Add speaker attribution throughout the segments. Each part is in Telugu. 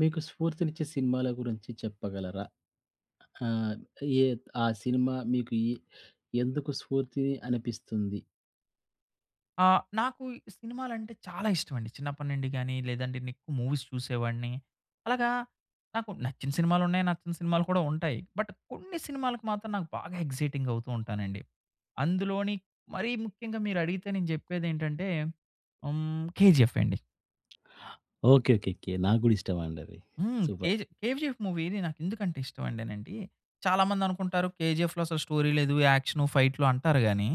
Speaker 1: మీకు స్ఫూర్తినిచ్చే సినిమాల గురించి చెప్పగలరా? ఆహ్, ఏ ఆ సినిమా మీకు ఎందుకు స్ఫూర్తిని అనిపిస్తుంది?
Speaker 2: ఆ! నాకు సినిమాలంటే చాలా ఇష్టమండి. చిన్నప్పటి నుండి గాని, లేదంటే నేనెక్కువ మూవీస్ చూసేవాడిని. అలాగా నాకు నచ్చిన సినిమాలున్నాయి. నచ్చని సినిమాలు కూడా ఉంటాయి. బట్ కొన్ని సినిమాలకు మాత్రం నాకు బాగా ఎక్సైటింగ్ అవుతూ ఉంటానండి. అందులోని మరీ ముఖ్యంగా మీరడిగితే నేను జెప్పేదేంటంటే హ్మ్, 'కేజీఎఫ్' అండి.
Speaker 1: ఓకే. ఓకే. ఓకే. నాకు గూడా ఇష్టమండి అది.
Speaker 2: హ్మ్.
Speaker 1: సూపర్.
Speaker 2: 'కేజీఎఫ్' మూవీ నాకెందుకంటే ఇష్టమంటేనండి, చాలామందనుకుంటారు 'కేజీఎఫ్‌లో' అసలు స్టోరీ లేదు, యాక్షను, ఫైట్లు అంటారు గానీ,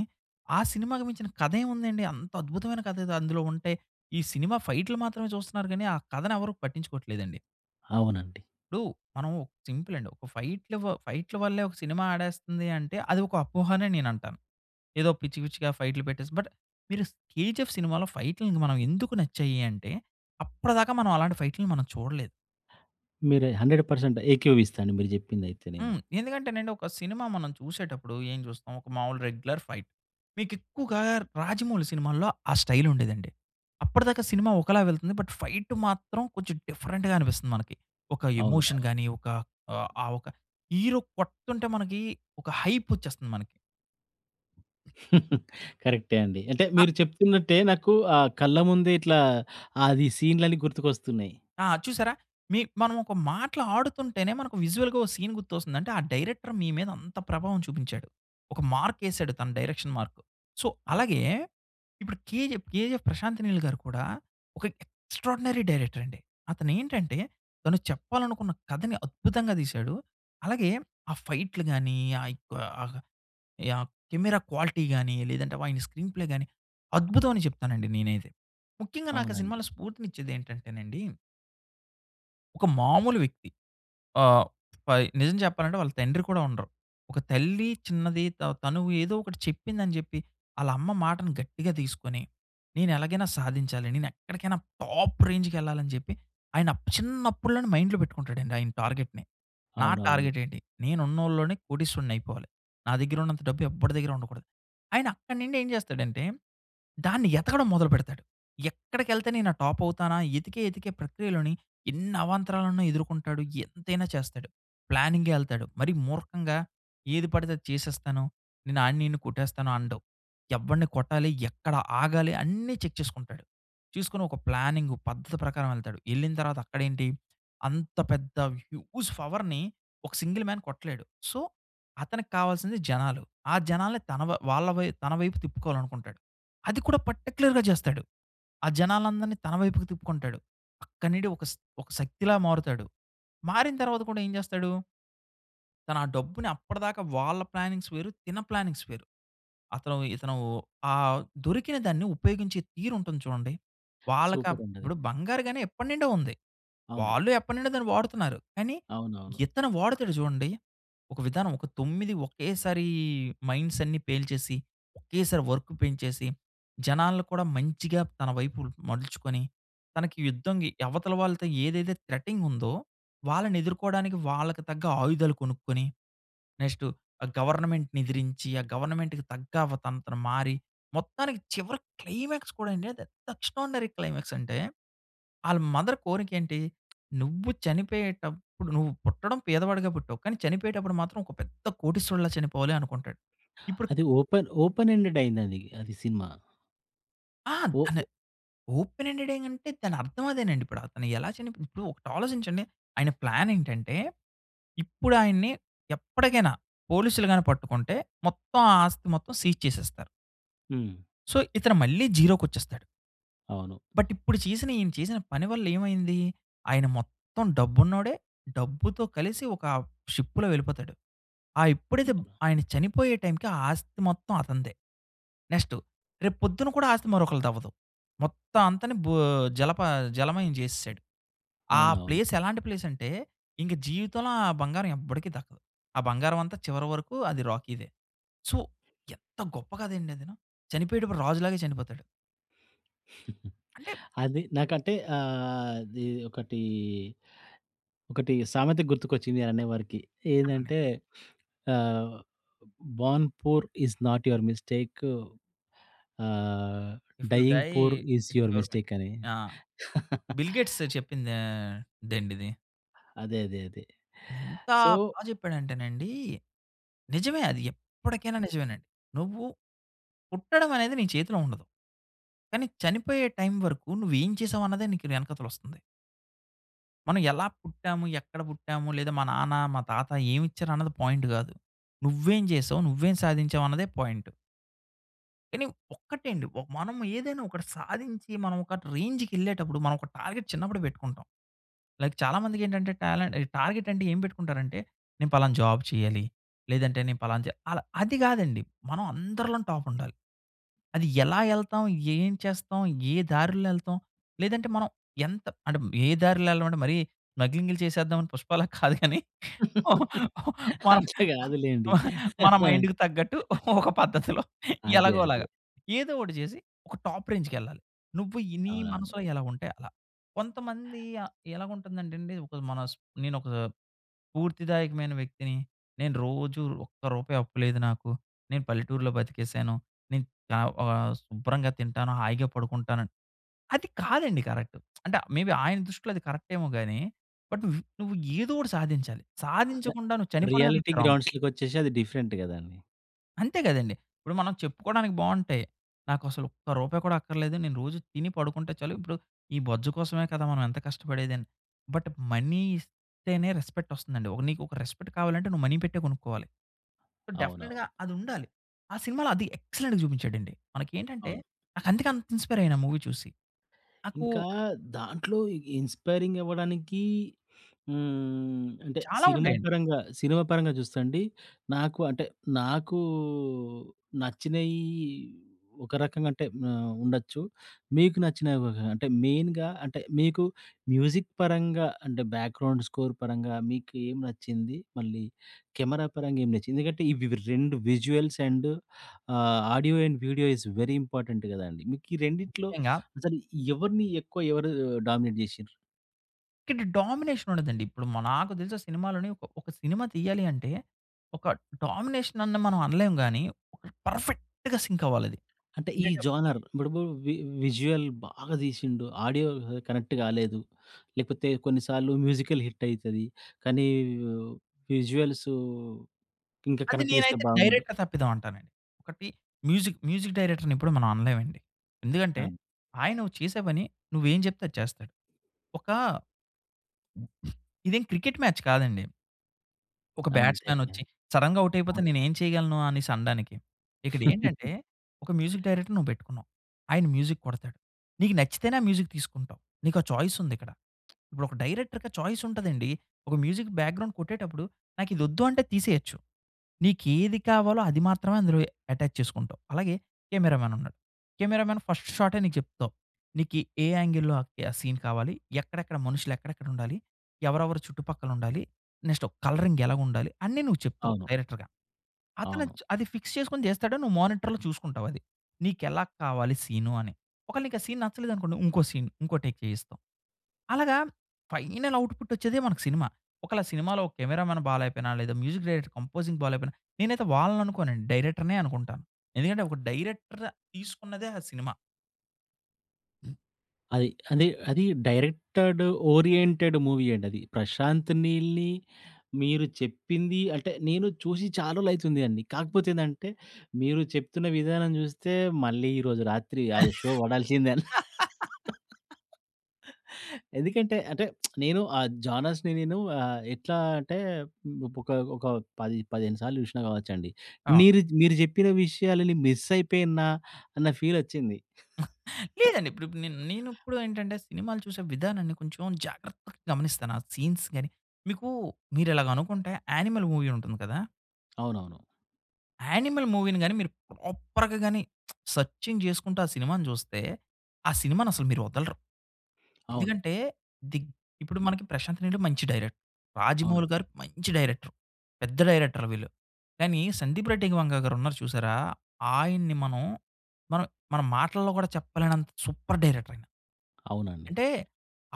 Speaker 2: ఆ సినిమాకి మించిన కథేముందండి? అంత అద్భుతమైన కథ అది అందులో ఉంటే, ఈ సినిమా ఫైట్లు మాత్రమే చూస్తున్నారు గానీ, ఆ కథనెవరు పట్టించుకోవట్లేదండి.
Speaker 1: అవునండి.
Speaker 2: ఇప్పుడు మనం సింపుల్ అండి. ఒక ఫైట్‌ల వల్లే ఒక సినిమా ఆడేస్తుంది అంటే, అది ఒక అపోహనే నేనంటాను. ఏదో పిచ్చి పిచ్చిగా ఫైట్లు పెట్టేసి బట్ మీరు 'కేజీఎఫ్' సినిమాలో ఫైట్‌లకి మనం ఎందుకు నచ్చాయి అంటే, అప్పటిదాకా మనం అలాంటి ఫైట్‌లని మనం చూడలేదు.
Speaker 1: మీరు 100% ఏకీభవిస్తా అండి మీరు జెప్పిందయితే నేను.
Speaker 2: హ్మ్. ఎందుకంటేనండి ఒక సినిమా మనం చూసేటప్పుడు ఏం చూస్తాం? ఒక మామూలు రెగ్యులర్ ఫైట్. మీకెక్కువగా 'రాజమౌళి' సినిమాల్లో ఆ స్టైల్ ఉండేదండి. అప్పటిదాకా సినిమా ఒకలా వెళ్తుంది. బట్ ఫైట్ మాత్రం కొంచెం డిఫరెంట్‌గా అనిపిస్తుంది మనకి. ఒక
Speaker 1: అవును.
Speaker 2: ఎమోషన్ గాని, ఒక ఆహ్, ఆ ఒక హీరో కొడుతుంటే మనకి ఒక హైప్ వచ్చేస్తుంది మనకి.
Speaker 1: కరెక్టే అండి. అంటే మీరు చెప్తున్నట్టే నాకు కళ్ళ ముందే ఇట్లా అది సీన్‌లన్నీ గుర్తుకొస్తున్నాయి.
Speaker 2: ఆ! చూసారా? మనం ఒక మాటలు ఆడుతుంటేనే మనకు విజువల్‌గా ఓ సీన్ గుర్తొస్తుంది. అంటే ఆ డైరెక్టర్ మీ మీద అంత ప్రభావం చూపించాడు. ఒక మార్కేసాడు తన డైరెక్షన్ మార్క్. సో, అలాగే
Speaker 1: అవునవును.
Speaker 2: ఇప్పుడు 'కేజీఎఫ్' ప్రశాంత్ నీల్ గారు కూడా ఒక ఎక్స్‌ట్రార్డినరీ డైరెక్టర్ అండి. అతనేంటంటే తను చెప్పాలనుకున్న కథని అద్భుతంగా తీశాడు. అలాగే ఆ ఫైట్‌లు గాని, ఆహ్, యొక్క ఆహ్, యాహ్, కెమెరా క్వాలిటీ గాని, లేదంటే ఆయన స్క్రీన్ ప్లే గాని అద్భుతం అని చెప్తానండి నేనైతే. ముఖ్యంగా నాకు ఆ
Speaker 1: అవునండి.
Speaker 2: సినిమాలో స్ఫూర్తినిచ్చేదేంటంటేనండి ఒక మామూలు వ్యక్తి. ఆహ్, పై నిజం చెప్పాలంటే వాళ్ళ తండ్రి కూడా ఉండరు. ఒక తల్లి చిన్నది తను ఏదో ఒకటి చెప్పిందని చెప్పి, ఆళ్ళ అమ్మ మాటను గట్టిగా తీసుకొని, నేనెలాగైనా సాధించాలి. నేనెక్కడికైనా టాప్ రేంజ్‌కెళ్ళాలని చెప్పి, ఆయన చిన్నప్పుడులోనే మైండ్‌లో పెట్టుకుంటాడండి ఆయన టార్గెట్‌ని. నా
Speaker 1: అవునవును.
Speaker 2: టార్గెట్ ఏంటి? నేనున్నోళ్ళలోనే కోటీశ్వరుడినయిపోవాలి. నా దగ్గర ఉన్నంత డబ్బు ఎవ్వడి దగ్గర ఉండకూడదు. ఆయన అక్కడి నుండి ఏం చేస్తాడంటే, దాన్ని ఎతకడం మొదలుపెడతాడు. ఎక్కడికెళ్తే నేను ఆ టాప్ అవుతానా? ఎతికే ఎతికే ప్రక్రియలోని ఎన్ని అవాంతరాలను ఎదుర్కొంటాడు. ఎంతైనా చేస్తాడు. ప్లానింగ్‌గా ఎళ్తాడు. మరి మూర్ఖంగా ఏది పడితే అది చేసేస్తాను. నేను ఆడిని ఈడిని కొట్టేస్తాను అనడు. ఎవడిని కొట్టాలి? ఎక్కడ ఆగాలి? అన్నీ చెక్ చేసుకుంటాడు. చూసుకొని ఒక ప్లానింగ్ పద్ధతి ప్రకారం ఎళ్తాడు. ఎళ్ళిన తర్వాత అక్కడేంటి అంత పెద్ద హ్యూజ్ పవర్‌ని ఒక సింగిల్ మ్యాన్ కొట్టలేడు. సో, అతనికి కావాల్సింది జనాలు. ఆ జనాల్ని తన వ వాళ్ళ వై తన వైపు తిప్పుకోవాలనుకుంటాడు. అది కూడా పర్టిక్యులర్‌గా చేస్తాడు. ఆ జనాలందరిని తన వైపుకి తిప్పుకుంటాడు. అక్కడి నుండి ఒక శక్తిలా మారుతాడు. మారిన తర్వాత కూడా ఏం చేస్తాడు? తను ఆ డబ్బుని అప్పటిదాకా వాళ్ళ ప్లానింగ్స్ వేరు. ప్లానింగ్స్ వేరు. ఇతను ఆహ్, దొరికిన దాన్ని ఉపయోగించే తీరుంటుంది చూడండి. వాళ్ళకా
Speaker 1: సూపర్ అండి అది.
Speaker 2: ఇప్పుడు బంగారు గని ఎప్పటి నుండో ఉంది.
Speaker 1: అవును.
Speaker 2: వాళ్ళు ఎప్పటినుండో దాన్ని వాడుతున్నారు. కానీ,
Speaker 1: అవునవును.
Speaker 2: ఇతను వాడుతాడు చూడండి. ఒక విధానం ఒక 9 ఒకేసారి మైండ్స్ అన్నీ పేల్చేసి, ఒకేసారి వర్క్ పెంచేసి, జనాల్ని కూడా మంచిగా తన వైపు మలుచుకొని, తనకి యుద్ధంగి అవతల వాళ్ళతో ఏదైతే థ్రెటింగ్ ఉందో, వాళ్ళని ఎదుర్కోవడానికి వాళ్ళకి తగ్గ ఆయుధాలు కొనుక్కొని నెక్స్ట్ ఆ గవర్నమెంట్‌ని ఎదిరించి, ఆ గవర్నమెంట్‌కి తగ్గ వ తను తను మారి, మొత్తానికి చివరి క్లైమాక్స్ కూడా అండి అది ఎంత ఎక్స్ట్రార్డినరీ క్లైమాక్స్ అంటే, ఆళ్ళ మదర్ కోరికేంటి, "నువ్వు చనిపోయేటప్పుడు నువ్వు పుట్టడం పేదవాడిగా పుట్టావు. కానీ చనిపోయేటప్పుడు మాత్రం ఒక పెద్ద కోటీశ్వరుడిలా చనిపోవాలి" అనుకుంటాడు. ఇప్పుడు
Speaker 1: అది ఓపెన్ ఓపెన్ ఎండెడ్ అయిందండి అది సినిమా.
Speaker 2: ఆ!
Speaker 1: ఓ.
Speaker 2: దాని ఓపెన్ ఎండెడ్ ఏంటంటే దాని అర్థం అదేనండి. ఇప్పుడు అతను ఎలా చనిపో ఇప్పుడు ఒకటి ఆలోచించండి. ఆయన ప్లాన్ ఏంటంటే, ఇప్పుడు ఆయన్ని ఎప్పటికైనా పోలీసులు గాని పట్టుకుంటే మొత్తం ఆ ఆస్తి మొత్తం సీజ్ చేసేస్తారు.
Speaker 1: హ్మ్.
Speaker 2: సో, ఇతను మళ్ళీ జీరోకొచ్చేస్తాడు.
Speaker 1: అవును.
Speaker 2: బట్ ఇప్పుడు ఈయన చేసిన పని వల్ల ఏమైంది? ఆయన మొత్తం డబ్బున్నోడే. డబ్బుతో కలిసి ఒక షిప్‌లో వెళ్ళిపోతాడు. ఆ ఎప్పుడైతే ఆయన చనిపోయే టైంకి ఆ ఆస్తి మొత్తం అతనిదే. నెక్స్ట్ రేపు పొద్దున కూడా ఆస్తి మరొకళ్ళదవ్వదు. మొత్తం అంతాని బో జలప జలమయం జేసేసాడు. ఆ
Speaker 1: అవునవును.
Speaker 2: ప్లేస్ ఎలాంటి ప్లేసంటే, ఇంక జీవితంలో ఆ బంగారం ఎవ్వడికి దక్కదు. ఆ బంగారం అంతా చివరి వరకు అది రాకీదే. సో, ఎంత గొప్ప కథండి అదిను. చనిపోయేటప్పుడు రాజులాగే చనిపోతాడు. అంటే
Speaker 1: అది నాకంటే అది ఒకటి సామెత గుర్తుకొచ్చింది నేననేవరకి.
Speaker 2: చెప్పండి.
Speaker 1: ఏందంటే ఆహ్, born poor is not your mistake. Ah,
Speaker 2: if you
Speaker 1: dying
Speaker 2: die
Speaker 1: poor is
Speaker 2: it's
Speaker 1: your
Speaker 2: your may
Speaker 1: mistake అని.
Speaker 2: ఆ! బిల్ గేట్స్ చెప్పిందే దండిది.
Speaker 1: అదే. అదే. అదే.
Speaker 2: ఎంత
Speaker 1: సో,
Speaker 2: బా చెప్పాడంటేనండి, నిజమే అది ఎప్పటికైనా నిజమేనండి. నువ్వు పుట్టడం అనేది నీ చేతిలో ఉండదు. కానీ చనిపోయే టైం వరకు నువ్వేం చేసావు అన్నదే నీకు వెనకతలొస్తుంది. మనం ఎలా పుట్టాము, ఎక్కడ పుట్టాము, లేదా మా నాన్న, మా తాత ఏమిచ్చారు అన్నది పాయింట్ కాదు. నువ్వేం చేసావు, నువ్వేం సాధించావు అన్నదే పాయింట్. కానీ ఒక్కటే అండి, మనం ఏదైనా ఒకటి సాధించి, మనం ఒక రేంజ్‌కెళ్ళేటప్పుడు, మనం ఒక టార్గెట్ చిన్నప్పుడు పెట్టుకుంటాం. లైక్ చాలామందికేంటంటే టాలెంట్ టార్గెట్ అంటే ఏం పెట్టుకుంటారంటే, నేను పలానా జాబ్ చేయాలి. లేదంటే నేను పలానా చే అలా అది కాదండి. మనం అందరిలోని టాప్ ఉండాలి. అది ఎలా ఎళ్తాం? ఏం చేస్తాం? ఏ దారుల్లో ఎళ్తాం? లేదంటే మనం ఎంత అంటే ఏ దారిలో ఎళ్ళమంటే మరీ స్మగ్లింగ్‌లు చేసేద్దామని పుష్పలా కాదు గాని మన
Speaker 1: అట్లా కాదులెండి.
Speaker 2: మన మైండ్‌కి తగ్గట్టు ఒక పద్ధతిలో
Speaker 1: అదే.
Speaker 2: ఎలాగోలాగా
Speaker 1: అదే.
Speaker 2: ఏదో ఒకటి చేసి ఒక టాప్ రేంజ్‌కెళ్ళాలి. నువ్వు నీ
Speaker 1: అవునవును.
Speaker 2: మనసులో ఎలా ఉంటే అలా. కొంతమంది ఎలాగుంటుందంటేండి ఒక మన స్ నేనొక స్ఫూర్తిదాయకమైన వ్యక్తిని. నేను రోజు ఒక్క రూపాయి అప్పు లేదు నాకు. నేను పల్లెటూరులో బతికేసాను. నేను ఆహ్, ఆహ్, శుభ్రంగా తింటాను, హాయిగా పడుకుంటాను. అది కాదండి కరెక్ట్. అంటే మే బీ ఆయన దృష్టిలో అది కరెక్టేమో గాని, బట్ నువ్వు నువ్వు ఏదో ఒకటి సాధించాలి. సాధించకుండా నువ్వు చనిపోవడమే పెద్ద
Speaker 1: రియాలిటీ
Speaker 2: రాంగ్.
Speaker 1: గ్రౌండ్స్‌లోకొచ్చేసి అది డిఫరెంట్ కదండీ.
Speaker 2: అంతే కదండీ! ఇప్పుడు మనం చెప్పుకోవడానికి బావుంటాయి. నాకసలు ఒక్క రూపాయి కూడా అక్కర్లేదు. నేను రోజు తిని పడుకుంటే చాలు. ఇప్పుడు ఈ బొజ్జు కోసమే కదా మనం ఎంత కష్టపడేదని. బట్ మనీ ఇస్తేనే రెస్పెక్ట్ వస్తుందండి. నీకు ఒక రెస్పెక్ట్ కావాలంటే నువ్వు మనీ పెట్టే కొనుక్కోవాలి. సో,
Speaker 1: అవునవును.
Speaker 2: డెఫినిట్‌గా అది ఉండాలి. ఆ సినిమాలో అది ఎక్సలెంట్‌గా చూపించాడండి. మనకేంటంటే,
Speaker 1: అవును.
Speaker 2: నాకు అందుకే అంత ఇన్‌స్పైర్ అయ్యాను ఆ మూవీ చూసి. నాకు
Speaker 1: ఇంకా దాంట్లో ఇన్‌స్పైరింగ్ అవ్వడానికి హ్మ్. అంటే
Speaker 2: చాలా
Speaker 1: సినిమా
Speaker 2: ఉంటాయండి.
Speaker 1: పరంగా, సినిమా పరంగా చూస్తే అండి నాకు అంటే నాకు నచ్చినయి ఒక రకంగా అంటే ఉండొచ్చు. మీకు నచ్చినవి ఒక రకంగా. అంటే మెయిన్‌గా అంటే మీకు మ్యూజిక్ పరంగా అంటే బ్యాక్‌గ్రౌండ్ స్కోర్ పరంగా మీకు ఏం నచ్చింది? మళ్ళీ కెమెరా పరంగా ఏం నచ్చింది? ఎందుకంటే ఇవి 2 visuals and audio and video is very important కదండీ. మీకు ఈ రెండిట్లో
Speaker 2: ముఖ్యంగా
Speaker 1: అసలు ఎవరిని ఎక్కువ ఎవరు డామినేట్ జేషిర్రు?
Speaker 2: ఇక్కడ డామినేషన్ ఉండదండి. ఇప్పుడు నాకు తెలిసి సినిమాలోని ఒక ఒక సినిమా తీయాలి అంటే, ఒక డామినేషన్ అని మనం అనలేం గానీ, ఒక పర్ఫెక్ట్‌గా సింక్ అవ్వాలది.
Speaker 1: అంటే ఈ
Speaker 2: ఏంటంటే
Speaker 1: జోనర్ ఇప్పుడు విజువల్ బాగా తీసిండు. ఆడియో కనెక్ట్ కాలేదు. లేకపోతే కొన్నిసార్లు మ్యూజికల్ హిట్ అయితది. కానీ విజువల్స్ ఇంకా
Speaker 2: అది
Speaker 1: కనెక్ట్ చేస్తే
Speaker 2: నేనైతే
Speaker 1: బాగుండు.
Speaker 2: డైరెక్టర్ తప్పిదం అంటానండి. ఒకటి మ్యూజిక్ డైరెక్టర్‌ని ఎప్పుడు మనం అనలేమండి. ఎందుకంటే
Speaker 1: అన్
Speaker 2: ఆయన చేసే పని నువ్వేం చెప్తే అది చేస్తాడు. ఒక ఇదేం క్రికెట్ మ్యాచ్ కాదండి. ఒక
Speaker 1: అంతే.
Speaker 2: బ్యాట్స్‌మ్యానొచ్చి సడెన్‌గా ఔట్ అయిపోతే
Speaker 1: అవును.
Speaker 2: నేనేం చేయగలను అనేసి అనడానికి. ఇక్కడేంటంటే ఒక మ్యూజిక్ డైరెక్టర్ నువ్వు పెట్టుకున్నావు. ఆయన మ్యూజిక్ కొడతాడు. నీకు నచ్చితేనే ఆ మ్యూజిక్ తీసుకుంటావు. నీకా చాయిస్ ఉందిక్కడ. ఇప్పుడు ఒక డైరెక్టర్‌కి ఆ చాయిస్ ఉంటదండి. ఒక మ్యూజిక్ బ్యాక్‌గ్రౌండ్ కొట్టేటప్పుడు నాకిదొద్దు అంటే తీసేయొచ్చు. నీకేది కావాలో అది మాత్రమే అందులో అటాచ్ చేసుకుంటావు. అలాగే కెమెరామాన్ ఉన్నాడు. కెమెరామాన్ ఫస్ట్ షాటే నీకు చెప్తావు. నీకు ఏ యాంగిల్‌లో ఆ సీన్ కావాలి? ఎక్కడెక్కడ మనుషులు ఎక్కడెక్కడ ఉండాలి? ఎవరెవరు చుట్టుపక్కల ఉండాలి? నెక్స్ట్ కలరింగ్ ఎలాగుండాలి? అన్నీ నువ్వు చెప్తావు
Speaker 1: అవును.
Speaker 2: డైరెక్టర్‌గా. అతను
Speaker 1: అవును.
Speaker 2: అది ఫిక్స్ చేసుకొని చేస్తాడు. నువ్వు మానిటర్‌లో చూసుకుంటావు అది. నీకెలా కావాలి సీను అని. ఒకవేళ నీకు ఆ సీన్ నచ్చలేదనుకోండి ఇంకో టేక్ చేయిస్తాం. అలాగా ఫైనల్ ఔట్‌పుట్ వచ్చేదే మనకు సినిమా. ఒకవేళ సినిమాలో కెమెరామాన్ బాలేపోయినా లేదా మ్యూజిక్ డైరెక్టర్ కంపోజింగ్ బాలేపోయినా నేనైతే వాళ్ళని అనుకోనండి. డైరెక్టర్‌నే అనుకుంటాను. ఎందుకంటే ఒక డైరెక్టర్ తీసుకున్నదే ఆ సినిమా.
Speaker 1: అది డైరెక్టెడ్ ఓరియెంటెడ్ మూవీ అండి అది. 'ప్రశాంత్ నీల్‌ని' మీరు చెప్పింది అంటే నేను చూసి చాలా రోజులైతుంది అండి. కాకపోతే ఏందంటే మీరు చెప్తున్న విధానం చూస్తే మళ్ళీ ఈరోజు రాత్రి ఆ షో పడాల్సిందే ఎందుకంటే అంటే నేను ఆ జానర్స్‌ని నేను ఎట్లా అంటే ఒక ఒక 10, 15 సార్లు చూసినా కావచ్చండి.
Speaker 2: అవును.
Speaker 1: నీరు మీరు మీరు చెప్పిన విషయాలని మిస్ అయిపోయినా అన్న ఫీల్ వచ్చింది.
Speaker 2: లేదండి. ఇప్పుడు ఇప్పుడు నేను నేనిప్పుడు ఏంటంటే సినిమాలు చూసే విధానాన్ని కొంచెం జాగ్రత్తగా గమనిస్తాను. ఆ సీన్స్ గాని. మీకు మీరిలాగ అనుకుంటే 'యానిమల్' మూవీ ఉంటుంది కదా!
Speaker 1: అవునవును.
Speaker 2: 'యానిమల్' మూవీని గాని మీరు ప్రాపర్‌గా గాని సెర్చింగ్ చేసుకుంటూ ఆ సినిమాని చూస్తే, ఆ సినిమానసలు మీరు వదలరు.
Speaker 1: అవును.
Speaker 2: ఎందుకంటే దిగ్ ఇప్పుడు మనకి 'ప్రశాంత్ నీళ్ళు' మంచి డైరెక్టర్.
Speaker 1: అవును.
Speaker 2: 'రాజమౌళి' గారు మంచి డైరెక్టర్. పెద్ద డైరెక్టర్లు వీళ్ళు. కానీ 'సందీప్ రెడ్డి వంగ' గారున్నారు చూసారా? ఆయన్ని మనం మన మాటల్లో కూడా చెప్పలేనంత సూపర్ డైరెక్టర్ ఆయన.
Speaker 1: అవునండి.
Speaker 2: అంటే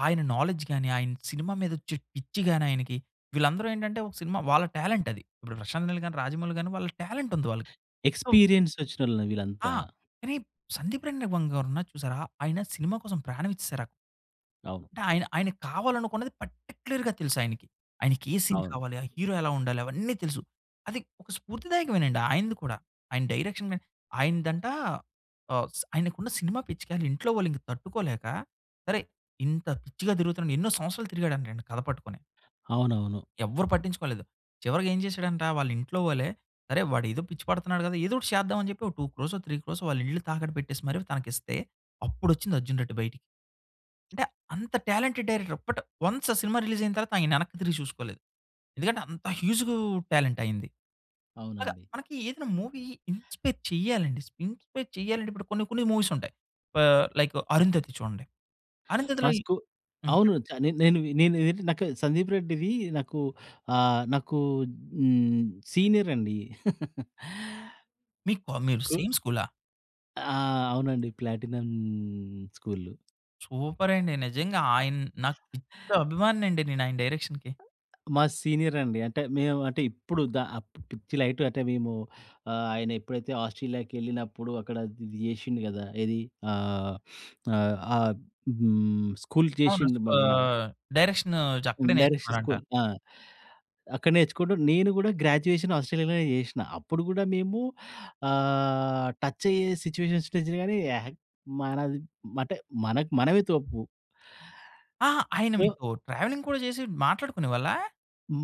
Speaker 2: ఆయన నాలెడ్జ్ గాని, ఆయన సినిమా మీదొచ్చే పిచ్చి గాని ఆయనకి, వీళ్ళందరూ ఏంటంటే ఒక సినిమా వాళ్ళ టాలెంట్ అది. ఇప్పుడు 'ప్రశాంత్ నీల్' గాని, 'రాజమౌళి' గాని వాళ్ళ టాలెంట్ ఉంది వాళ్ళకి. సో
Speaker 1: ఎక్స్‌పీరియన్స్ ఒచ్చినోళ్ళే
Speaker 2: ఆ!
Speaker 1: వీళ్ళంతా.
Speaker 2: కానీ 'సందీప్ రెడ్డి వంగ' గారున్నారు చూసారా? ఆయన సినిమా కోసం ప్రాణం ఇచ్చేసారు.
Speaker 1: అవును.
Speaker 2: అంటే ఆయనకి కావాలనుకున్నది పర్టిక్యులర్‌గా తెలుసాయనకి. ఆయనకి ఆయనకి ఏ సీన్
Speaker 1: అవును.
Speaker 2: కావాలి, ఆ హీరో ఎలా ఉండాలి అవన్నీ తెలుసు. అది ఒక స్ఫూర్తిదాయకమేనండి ఆయనది కూడా. ఆయన డైరెక్షన్ గాని ఆయనదంట ఆహ్, స్ ఆయనకున్న సినిమా పిచ్చికి ఆళ్ళ ఇంట్లో వాళ్ళు ఇంక తట్టుకోలేక, సరే ఇంత పిచ్చిగా తిరుగుతున్నాడు ఎన్నో సంవత్సరాలు తిరిగాడంటండి కథ పట్టుకొని.
Speaker 1: అవునవును.
Speaker 2: ఎవ్వరు పట్టించుకోలేదు. చివరికి ఏం చేశాడంట వాళ్ళ ఇంట్లో వాళ్ళే, సరే వాడేదో పిచ్చి పడుతున్నాడు కదా! ఏదో ఒకటి చేద్దాం అని చెప్పి ఒక 2,00,00,000 3,00,00,000 వాళ్ళ ఇల్లు తాకట్టు పెట్టేసి మరి తనకిస్తే అప్పుడొచ్చింది 'అర్జున్ రెడ్డి' బయటికి. అంటే అంత టాలెంటెడ్ డైరెక్టర్. బట్ వన్స్ ఆ సినిమా రిలీజ్ అయిన తర్వాత ఆయన వెనక్కి తిరిగి చూసుకోలేదు. ఎందుకంటే అంత హ్యూజు టాలెంట్ అయింది. అలాగా
Speaker 1: అవునండి.
Speaker 2: మనకి ఏదైనా మూవీ ఇన్‌స్పైర్ చేయాలండి. ఇన్‌స్పైర్ చేయాలంటే ఇప్పుడు కొన్ని కొన్ని మూవీస్ ఉంటాయి. లైక్ 'అరుంధతి' చూడండి.
Speaker 1: మా
Speaker 2: 'అరుంధతిలో'
Speaker 1: స్కూ
Speaker 2: హ్మ్.
Speaker 1: అవును.
Speaker 2: చెప్పండి.
Speaker 1: చ నే నేను నేను ఏంటి నాకు సందీప్ రెడ్డిది నాకు నాకు హ్మ్. సీనియర్ అండి.
Speaker 2: మీరు
Speaker 1: స్కు
Speaker 2: సేమ్ స్కూలా?
Speaker 1: ఆ! అవునండి. Platinum school.
Speaker 2: సూపర్ అండి. నిజంగా ఆయన నాకు పిచ్చ అభిమానినండి నేను ఆయన డైరెక్షన్‌కి.
Speaker 1: మా సీనియర్ అండి. అంటే మేము అంటే ఇప్పుడు ద అప్ పిచ్చి లైటు అంటే మేము ఆయన ఎప్పుడైతే ఆస్ట్రేలియాకెళ్ళినప్పుడు అక్కడ ఇది జేషిండు గదా! ఏది ఆహ్, ఆహ్, ఆహ్, హ్మ్. స్కూల్
Speaker 2: అవును.
Speaker 1: చేషిండు మన
Speaker 2: ఆహ్, డైరెక్షన్
Speaker 1: హ్మ్.
Speaker 2: అక్కడే
Speaker 1: డైరెక్షన్
Speaker 2: నేర్చుకున్నారంట.
Speaker 1: స్కూల్. ఆ! అక్కడ నేర్చుకోవడం. నేను గూడా గ్రాడ్యుయేషన్ ఆస్ట్రేలియాలోనే జేషిన. అప్పుడు గూడా మేము టచ్ అయ్యే సిచ్యువేషన్స్ వచ్చినా గానీ యాహ్! మనది అంటే మనకు మనమే తప్పు.
Speaker 2: ఆహా! ఆయన
Speaker 1: సో,
Speaker 2: మీతో ట్రావెలింగ్ కూడా చేసి మాట్లాడుకునేవాళ్ళా?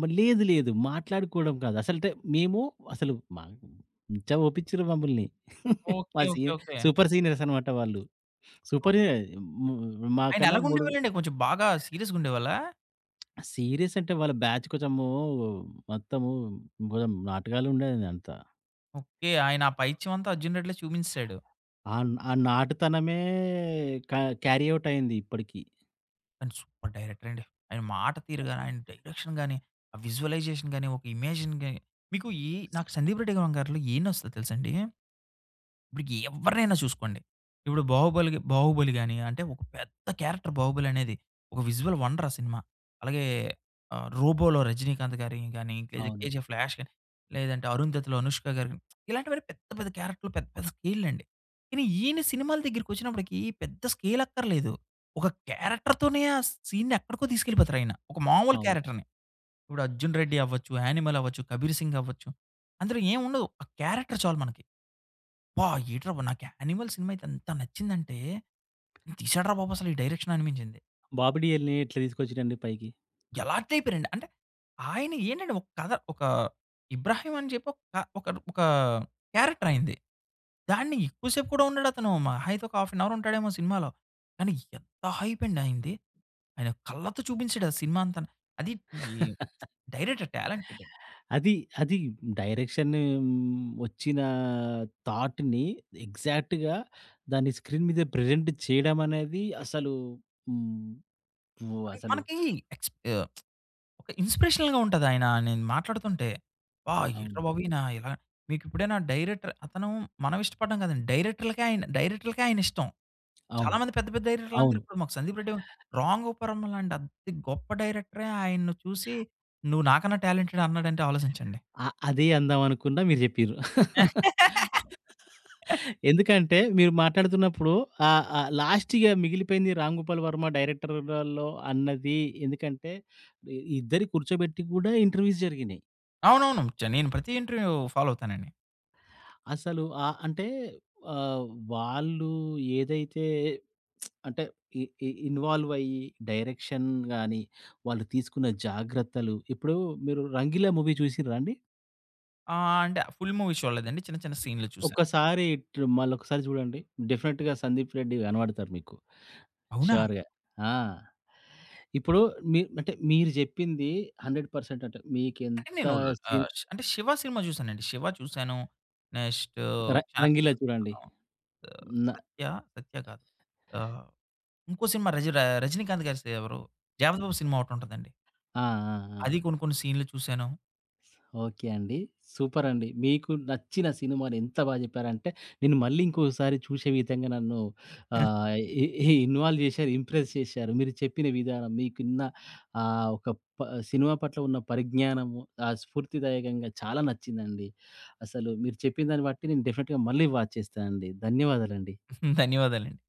Speaker 1: లేదు లేదు. మాట్లాడుకోవడం కాదు. అసలంటే మేము అసలు మా నుంచా ఒప్పించిర్రు మమ్మల్ని. మా
Speaker 2: okay. Okay.
Speaker 1: Senior
Speaker 2: okay.
Speaker 1: Super seniors అనమాట వాళ్ళు. సూపర్ మా
Speaker 2: ఆయన
Speaker 1: కన్నా 3.
Speaker 2: ఎలాగుండేవాళ్ళండి? కొంచెం బాగా సీరియస్‌గుండేవాళ్ళా?
Speaker 1: సీరియస్ అంటే వాళ్ళ బ్యాచ్ కొంచెము మొత్తము కొంచెం నాటకాలుండేది అంతా.
Speaker 2: ఓకే. ఆయన ఆ పైచ్యం అంతా 'అర్జున్ రెడ్డి'లో చూపించేసాడు.
Speaker 1: ఆ! ఆ నాటుతనమే క క్యారీ ఔట్ అయింది ఇప్పటికి.
Speaker 2: కానీ సూపర్ డైరెక్టర్ అండి. ఆయన మాట తీరు గాని, ఆయన డైరెక్షన్ గాని, ఆ విజువలైజేషన్ గాని, ఒక ఇమేజిన్ గాని మీకు ఈ నాకు 'సందీప్ రెడ్డి' గారిలో ఏం నచ్చుతదో తెలుసండి? ఇప్పుడు ఎవ్వరినైనా చూసుకోండి. ఇప్పుడు 'బాహుబలి' గాని, అంటే ఒక పెద్ద క్యారెక్టర్ 'బాహుబలి' అనేది. ఒక విజువల్ వండర్ ఆ సినిమా. అలాగే 'రోబో'లో 'రజనీకాంత్' గారి గాని, లేదా
Speaker 1: అవును.
Speaker 2: 'కేజీఎఫ్' 'ఫ్లాష్' గాని, లేదంటే 'అరుంధతి'లో 'అనుష్క' గారు గాని, ఇలాంటివన్నీ పెద్ద పెద్ద క్యారెక్టర్‌లు పెద్ద పెద్ద స్కేల్‌లండి. కానీ ఈయన సినిమాల దగ్గరికొచ్చినప్పటికి పెద్ద స్కేల్ అక్కర్లేదు. ఒక క్యారెక్టర్‌తోనే ఆ సీన్‌ని ఎక్కడికో తీసుకెళ్ళిపోతారాయన. ఒక మామూలు
Speaker 1: అవును.
Speaker 2: క్యారెక్టర్‌ని. ఇప్పుడు 'అర్జున్ రెడ్డి' అవ్వచ్చు, 'యానిమల్' అవ్వచ్చు, 'కబీర్ సింగ్' అవ్వచ్చు. అందులో ఏముండదు. ఆ క్యారెక్టర్ చాలు మనకి. అబ్బా! ఏట్రా బాబు! నాకు 'యానిమల్' సినిమా అయితే ఎంత నచ్చిందంటే, తీసాడు రా బాబు అసలు ఈ డైరెక్షన్ అనిపించింది.
Speaker 1: 'బాబిడియల్‌ని' ఎట్లా తీసుకొచ్చిరండి పైకి.
Speaker 2: ఎలాక్ట్ అయిపోయారండి. అంటే ఆయన ఏంటంటే ఒక కథ ఒక 'ఇబ్రాహీం' అని చెప్పి ఒక క- ఒక ఒక క్యారెక్టర్ ఆయనది. దాన్ని ఎక్కువ సేపు కూడా ఉండడు అతను. మహా అయితే ఒక హాఫ్ అన్ అవర్ ఉంటాడేమో సినిమాలో. కానీ ఎంత హైప్ అండి ఆయనది. ఆయన కళ్ళతో చూపించాడు ఆ సినిమా అంతాను. అది ఈ డైరెక్టర్ టాలెంటెడ్.
Speaker 1: అది అది డైరెక్షన్ వచ్చిన థాట్‌ని ఎగ్జాక్ట్‌గా దాన్ని స్క్రీన్ మీద ప్రెజెంట్ చేయడం అనేది అసలు హ్మ్. అసలు
Speaker 2: మనకి ఎక్స్ ఆహ్ ఒక ఇన్స్‌పిరేషనల్‌గా ఉంటదాయన. నేను మాట్లాడుతుంటే, అబ్బా! ఏంట్రా బాబు
Speaker 1: అవును.
Speaker 2: ఈయన ఇలా మీకిప్పుడైనా డైరెక్టర్ అతను మనం ఇష్టపడడం కాదండి. డైరెక్టర్‌లకే ఆయనిష్టం. చాలా
Speaker 1: అవును.
Speaker 2: మంది పెద్ద పెద్ద డైరెక్టర్లందరూ
Speaker 1: అవును.
Speaker 2: ఇప్పుడు మాకు 'సందీప్ రెడ్డి' 'రాంగ్ పరిమళ' లాంటి అతి గొప్ప డైరెక్టరే ఆయన్ను చూసి, నువ్వు నాకన్నా టాలెంటెడ్ అన్నాడంటే ఆలోచించండి.
Speaker 1: ఆ! అదే అందాం అనుకున్నా మీరు జెప్పిర్రు. ఎందుకంటే మీరు మాట్లాడుతున్నప్పుడు ఆహ్, ఆహ్, లాస్ట్ ఇగ మిగిలిపోయింది 'రామ్ గోపాల్ వర్మ' డైరెక్టర్‌లో అన్నది ఎందుకంటే ఇద్దరిని కూర్చోబెట్టి గూడా ఇంటర్వ్యూస్ జరిగినాయి.
Speaker 2: అవునవును. నేను ప్రతి ఇంటర్వ్యూ ఫాలో అవుతానండి.
Speaker 1: అసలు అంటే ఆహ్, వాళ్ళు ఏదైతే అంటే ఇ ఇ ఇన్వాల్వ్ అయ్యి డైరెక్షన్ గాని, వాళ్ళు తీసుకున్న జాగ్రత్తలు ఇప్పుడు మీరు 'రంగీలా' మూవీ చూసిర్రా అండి?
Speaker 2: ఆహ్, అంటే ఫుల్ మూవీస్ చూడలేదండి. చిన్న చిన్న సీన్‌లు చూసాను.
Speaker 1: ఒక్కసారి ఇటు మళ్ళొకసారి చూడండి. డెఫినిట్‌గా 'సందీప్ రెడ్డి' కనపడతారు మీకు.
Speaker 2: అవునా?
Speaker 1: ష్యూర్‌గా. ఆ! ఇప్పుడు మీ అంటే మీరు జెప్పింది 100% అంటే
Speaker 2: అంటే
Speaker 1: మీకెంత
Speaker 2: నేను
Speaker 1: సీన్
Speaker 2: అంటే 'శివ' సినిమా చూసానండి. 'శివ' చూసాను. నెక్స్ట్
Speaker 1: ర
Speaker 2: 'క్షణం
Speaker 1: 'రంగీలా'
Speaker 2: క్షణం'
Speaker 1: చూడండి.
Speaker 2: చూసాను. ఆహ్,
Speaker 1: న
Speaker 2: 'సత్య' కాదు. ఆహ్, ఇంకో సినిమా రజ ర 'రజనీకాంత్' గారి సి ఎవరు 'జగపతి బాబు' సినిమా ఒకటుంటదండి.
Speaker 1: ఆ! ఆ! ఆ!
Speaker 2: అది కొన్ని కొన్ని సీన్‌లు చూసాను.
Speaker 1: ఓకే అండి. సూపరండి. మీకు నచ్చిన సినిమాని ఎంత బా జెప్పారంటే, నేను మళ్ళీ ఇంకోసారి చూసే విధంగా నన్ను ఆహ్, ఇ ఇ ఇన్వాల్వ్ జేశారు, ఇంప్రెస్ చేశారు. మీరు చెప్పిన విధానం, మీకున్న ఒక ప సినిమా పట్ల ఉన్న పరిజ్ఞానము, ఆ స్ఫూర్తిదాయకంగా చాలా నచ్చిందండి. అసలు మీరు చెప్పిన దాన్ని బట్టి నేను డెఫినిట్‌గా మళ్ళీ వాచ్ చేస్తానండి. ధన్యవాదాలండి.
Speaker 2: ధన్యవాదాలండి.